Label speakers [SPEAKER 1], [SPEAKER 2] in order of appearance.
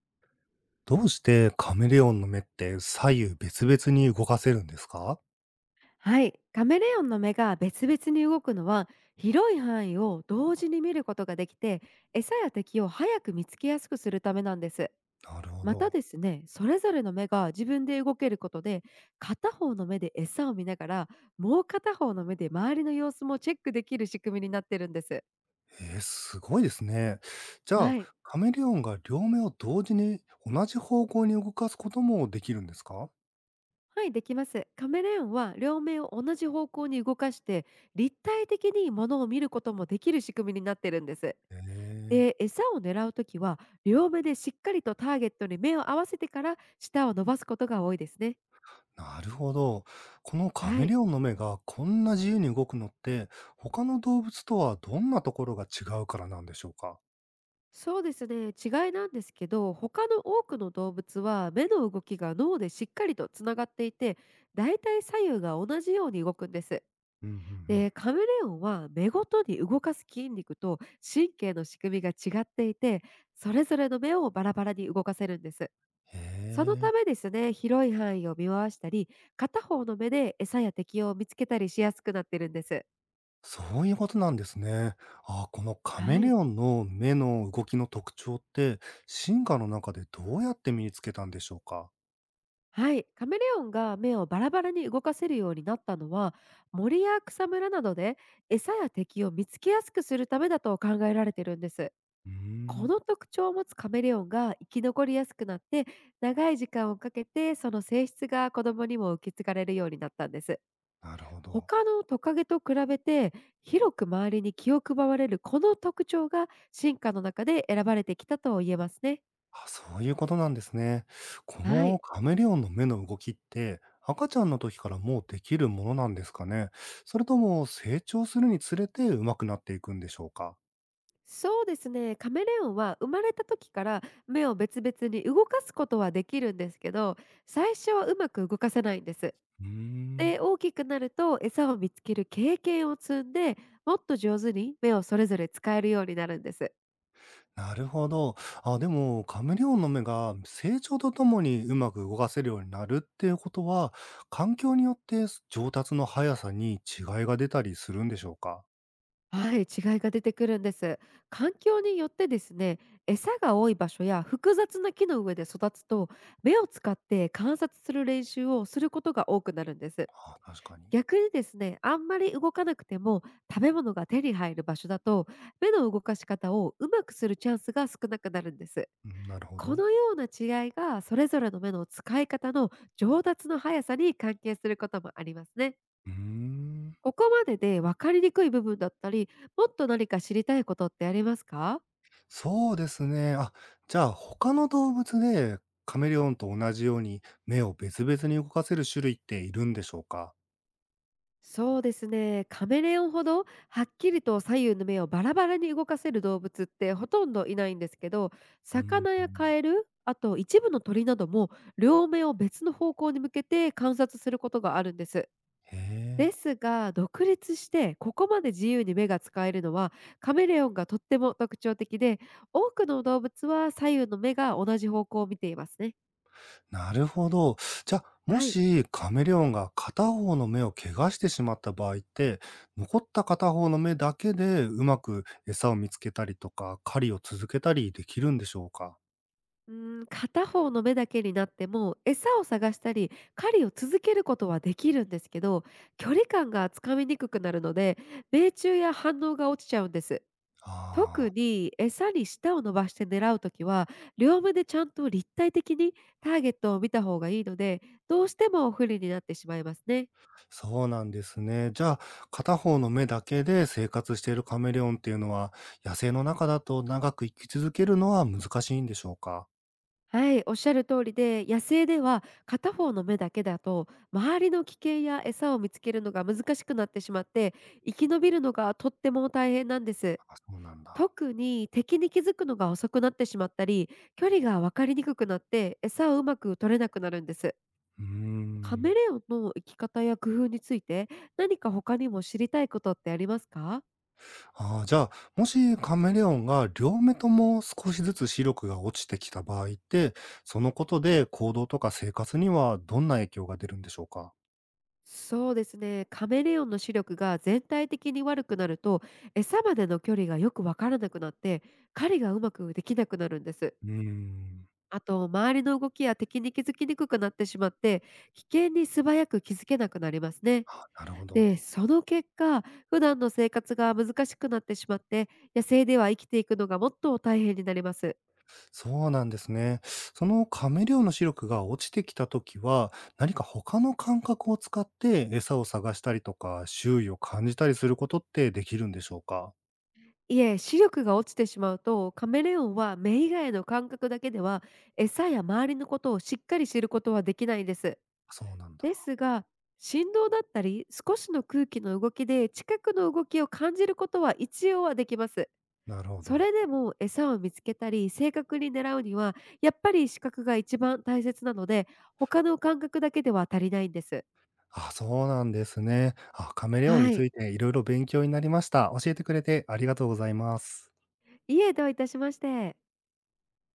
[SPEAKER 1] どうしてカメレオンの目って左右別々に動かせるんですか。
[SPEAKER 2] はい、カメレオンの目が別々に動くのは、広い範囲を同時に見ることができて、餌や敵を早く見つけやすくするためなんです。
[SPEAKER 1] なるほ
[SPEAKER 2] また
[SPEAKER 1] ど。
[SPEAKER 2] ですね、それぞれの目が自分で動けることで、片方の目で餌を見ながら、もう片方の目で周りの様子もチェックできる仕組みになってるんです。
[SPEAKER 1] すごいですね。じゃ
[SPEAKER 2] は
[SPEAKER 1] あ、
[SPEAKER 2] い。
[SPEAKER 1] カメレオンが両目を同時に同じ方向に動かすこともできるんですか。
[SPEAKER 2] はい、できます。カメレオンは両目を同じ方向に動かして、立体的に物を見ることもできる仕組みになってるんです。
[SPEAKER 1] えー、
[SPEAKER 2] で、餌を狙うときは、両目でしっかりとターゲットに目を合わせてから舌を伸ばすことが多いですね。
[SPEAKER 1] なるほど。このカ
[SPEAKER 2] は
[SPEAKER 1] メ
[SPEAKER 2] い。
[SPEAKER 1] レオンの目がこんな自由に動くのって、他の動物とはどんなところが違うからなんでしょうか。
[SPEAKER 2] そうですね。違いなんですけど、他の多くの動物は目の動きが脳でしっかりとつながっていて、だいたい左右が同じように動くんです。
[SPEAKER 1] うんうんうん。
[SPEAKER 2] で、カメレオンは目ごとに動かす筋肉と神経の仕組みが違っていて、それぞれの目をバラバラに動かせるんです。
[SPEAKER 1] へ
[SPEAKER 2] その
[SPEAKER 1] えー。
[SPEAKER 2] ためですね、広い範囲を見回したり、片方の目で餌や敵を見つけたりしやすくなってるんです。
[SPEAKER 1] そういうことなんですね。あ、このカメ
[SPEAKER 2] は
[SPEAKER 1] レ
[SPEAKER 2] い。
[SPEAKER 1] オンの目の動きの特徴って、進化の中でどうやって身につけたんでしょうか？
[SPEAKER 2] はい、カメレオンが目をバラバラに動かせるようになったのは、森や草むらなどで餌や敵を見つけやすくするためだと考えられてるんです。
[SPEAKER 1] うー
[SPEAKER 2] こ
[SPEAKER 1] ん。
[SPEAKER 2] の特徴を持つカメレオンが生き残りやすくなって、長い時間をかけてその性質が子供にも受け継がれるようになったんです。
[SPEAKER 1] なるほど。
[SPEAKER 2] 他のトカゲと比べて広く周りに気を配られるこの特徴が、進化の中で選ばれてきたと言えますね。
[SPEAKER 1] あ、そういうことなんですね。こ
[SPEAKER 2] は
[SPEAKER 1] の
[SPEAKER 2] い。
[SPEAKER 1] カメレオンの目の動きって、赤ちゃんの時からもうできるものなんですかね？それとも成長するにつれて上手くなっていくんでしょうか？
[SPEAKER 2] そうですね。カメレオンは生まれた時から目を別々に動かすことはできるんですけど、最初はうまく動かせないんです。
[SPEAKER 1] うーん。
[SPEAKER 2] で、大きくなると餌を見つける経験を積んで、もっと上手に目をそれぞれ使えるようになるんです。
[SPEAKER 1] なるほど。あ、でも、カメレオンの目が成長とともにうまく動かせるようになるっていうことは、環境によって上達の速さに違いが出たりするんでしょうか？
[SPEAKER 2] はい、違いが出てくるんです。環境によってですね、餌が多い場所や複雑な木の上で育つと、目を使って観察する練習をすることが多くなるんです。
[SPEAKER 1] あ、確かに。
[SPEAKER 2] 逆にですね、あんまり動かなくても食べ物が手に入る場所だと、目の動かし方をうまくするチャンスが少なくなるんです。
[SPEAKER 1] うん、なるほ
[SPEAKER 2] こ
[SPEAKER 1] ど。
[SPEAKER 2] のような違いが、それぞれの目の使い方の上達の速さに関係することもありますね。
[SPEAKER 1] うーん。
[SPEAKER 2] ここまでで分かりにくい部分だったり、もっと何か知りたいことってありますか？
[SPEAKER 1] そうですね。あ、じゃあ他の動物でカメレオンと同じように目を別々に動かせる種類っているんでしょうか？
[SPEAKER 2] そうですね。カメレオンほどはっきりと左右の目をバラバラに動かせる動物ってほとんどいないんですけど、
[SPEAKER 1] うー
[SPEAKER 2] 魚やカ
[SPEAKER 1] ん。
[SPEAKER 2] エル、あと一部の鳥なども両目を別の方向に向けて観察することがあるんです。
[SPEAKER 1] へ
[SPEAKER 2] で
[SPEAKER 1] え。
[SPEAKER 2] すが、独立してここまで自由に目が使えるのはカメレオンがとっても特徴的で、多くの動物は左右の目が同じ方向を見ていますね。
[SPEAKER 1] なるほど。じゃ、あ、も
[SPEAKER 2] はい。
[SPEAKER 1] しカメレオンが片方の目を怪我してしまった場合って、残った片方の目だけでうまく餌を見つけたりとか、狩りを続けたりできるんでしょうか？
[SPEAKER 2] うーん、片方の目だけになっても、餌を探したり、狩りを続けることはできるんですけど、距離感がつかみにくくなるので、命中や反応が落ちちゃうんです。特
[SPEAKER 1] ああ、
[SPEAKER 2] に餌に舌を伸ばして狙うときは、両目でちゃんと立体的にターゲットを見た方がいいので、どうしても不利になってしまいますね。
[SPEAKER 1] そうなんですね。じゃあ、片方の目だけで生活しているカメレオンっていうのは、野生の中だと長く生き続けるのは難しいんでしょうか？
[SPEAKER 2] はい、おっしゃる通りで、野生では片方の目だけだと、周りの危険や餌を見つけるのが難しくなってしまって、生き延びるのがとっても大変なんです。
[SPEAKER 1] あ、そうなんだ。
[SPEAKER 2] 特に敵に気づくのが遅くなってしまったり、距離が分かりにくくなって、餌をうまく取れなくなるんです。
[SPEAKER 1] うー
[SPEAKER 2] カメ
[SPEAKER 1] ん。
[SPEAKER 2] レオンの生き方や工夫について、何か他にも知りたいことってありますか？
[SPEAKER 1] ああ、じゃあ、もしカメレオンが両目とも少しずつ視力が落ちてきた場合って、そのことで行動とか生活にはどんな影響が出るんでしょうか？
[SPEAKER 2] そうですね。カメレオンの視力が全体的に悪くなると、餌までの距離がよくわからなくなって、狩りがうまくできなくなるんです。
[SPEAKER 1] うーん。
[SPEAKER 2] あと、周りの動きや敵に気づきにくくなってしまって、危険に素早く気づけなくなりますね。
[SPEAKER 1] あ、なるほど。
[SPEAKER 2] で、その結果、普段の生活が難しくなってしまって、野生では生きていくのがもっと大変になります。
[SPEAKER 1] そうなんですね。そのカメレオンの視力が落ちてきたときは、何か他の感覚を使って餌を探したりとか、周囲を感じたりすることってできるんでしょうか？
[SPEAKER 2] いえ、視力が落ちてしまうと、カメレオンは目以外の感覚だけでは、餌や周りのことをしっかり知ることはできないんです。
[SPEAKER 1] そうなん
[SPEAKER 2] で
[SPEAKER 1] だ。
[SPEAKER 2] すが、振動だったり、少しの空気の動きで近くの動きを感じることは一応はできます。
[SPEAKER 1] なるほ
[SPEAKER 2] そ
[SPEAKER 1] ど。
[SPEAKER 2] れでも餌を見つけたり、正確に狙うには、やっぱり視覚が一番大切なので、他の感覚だけでは足りないんです。
[SPEAKER 1] あ、そうなんですね。あ、カメレオンに
[SPEAKER 2] は
[SPEAKER 1] つ
[SPEAKER 2] い。
[SPEAKER 1] いていろいろ勉強になりました。教えてくれてありがとうございます。
[SPEAKER 2] いいえ、どういたしまして。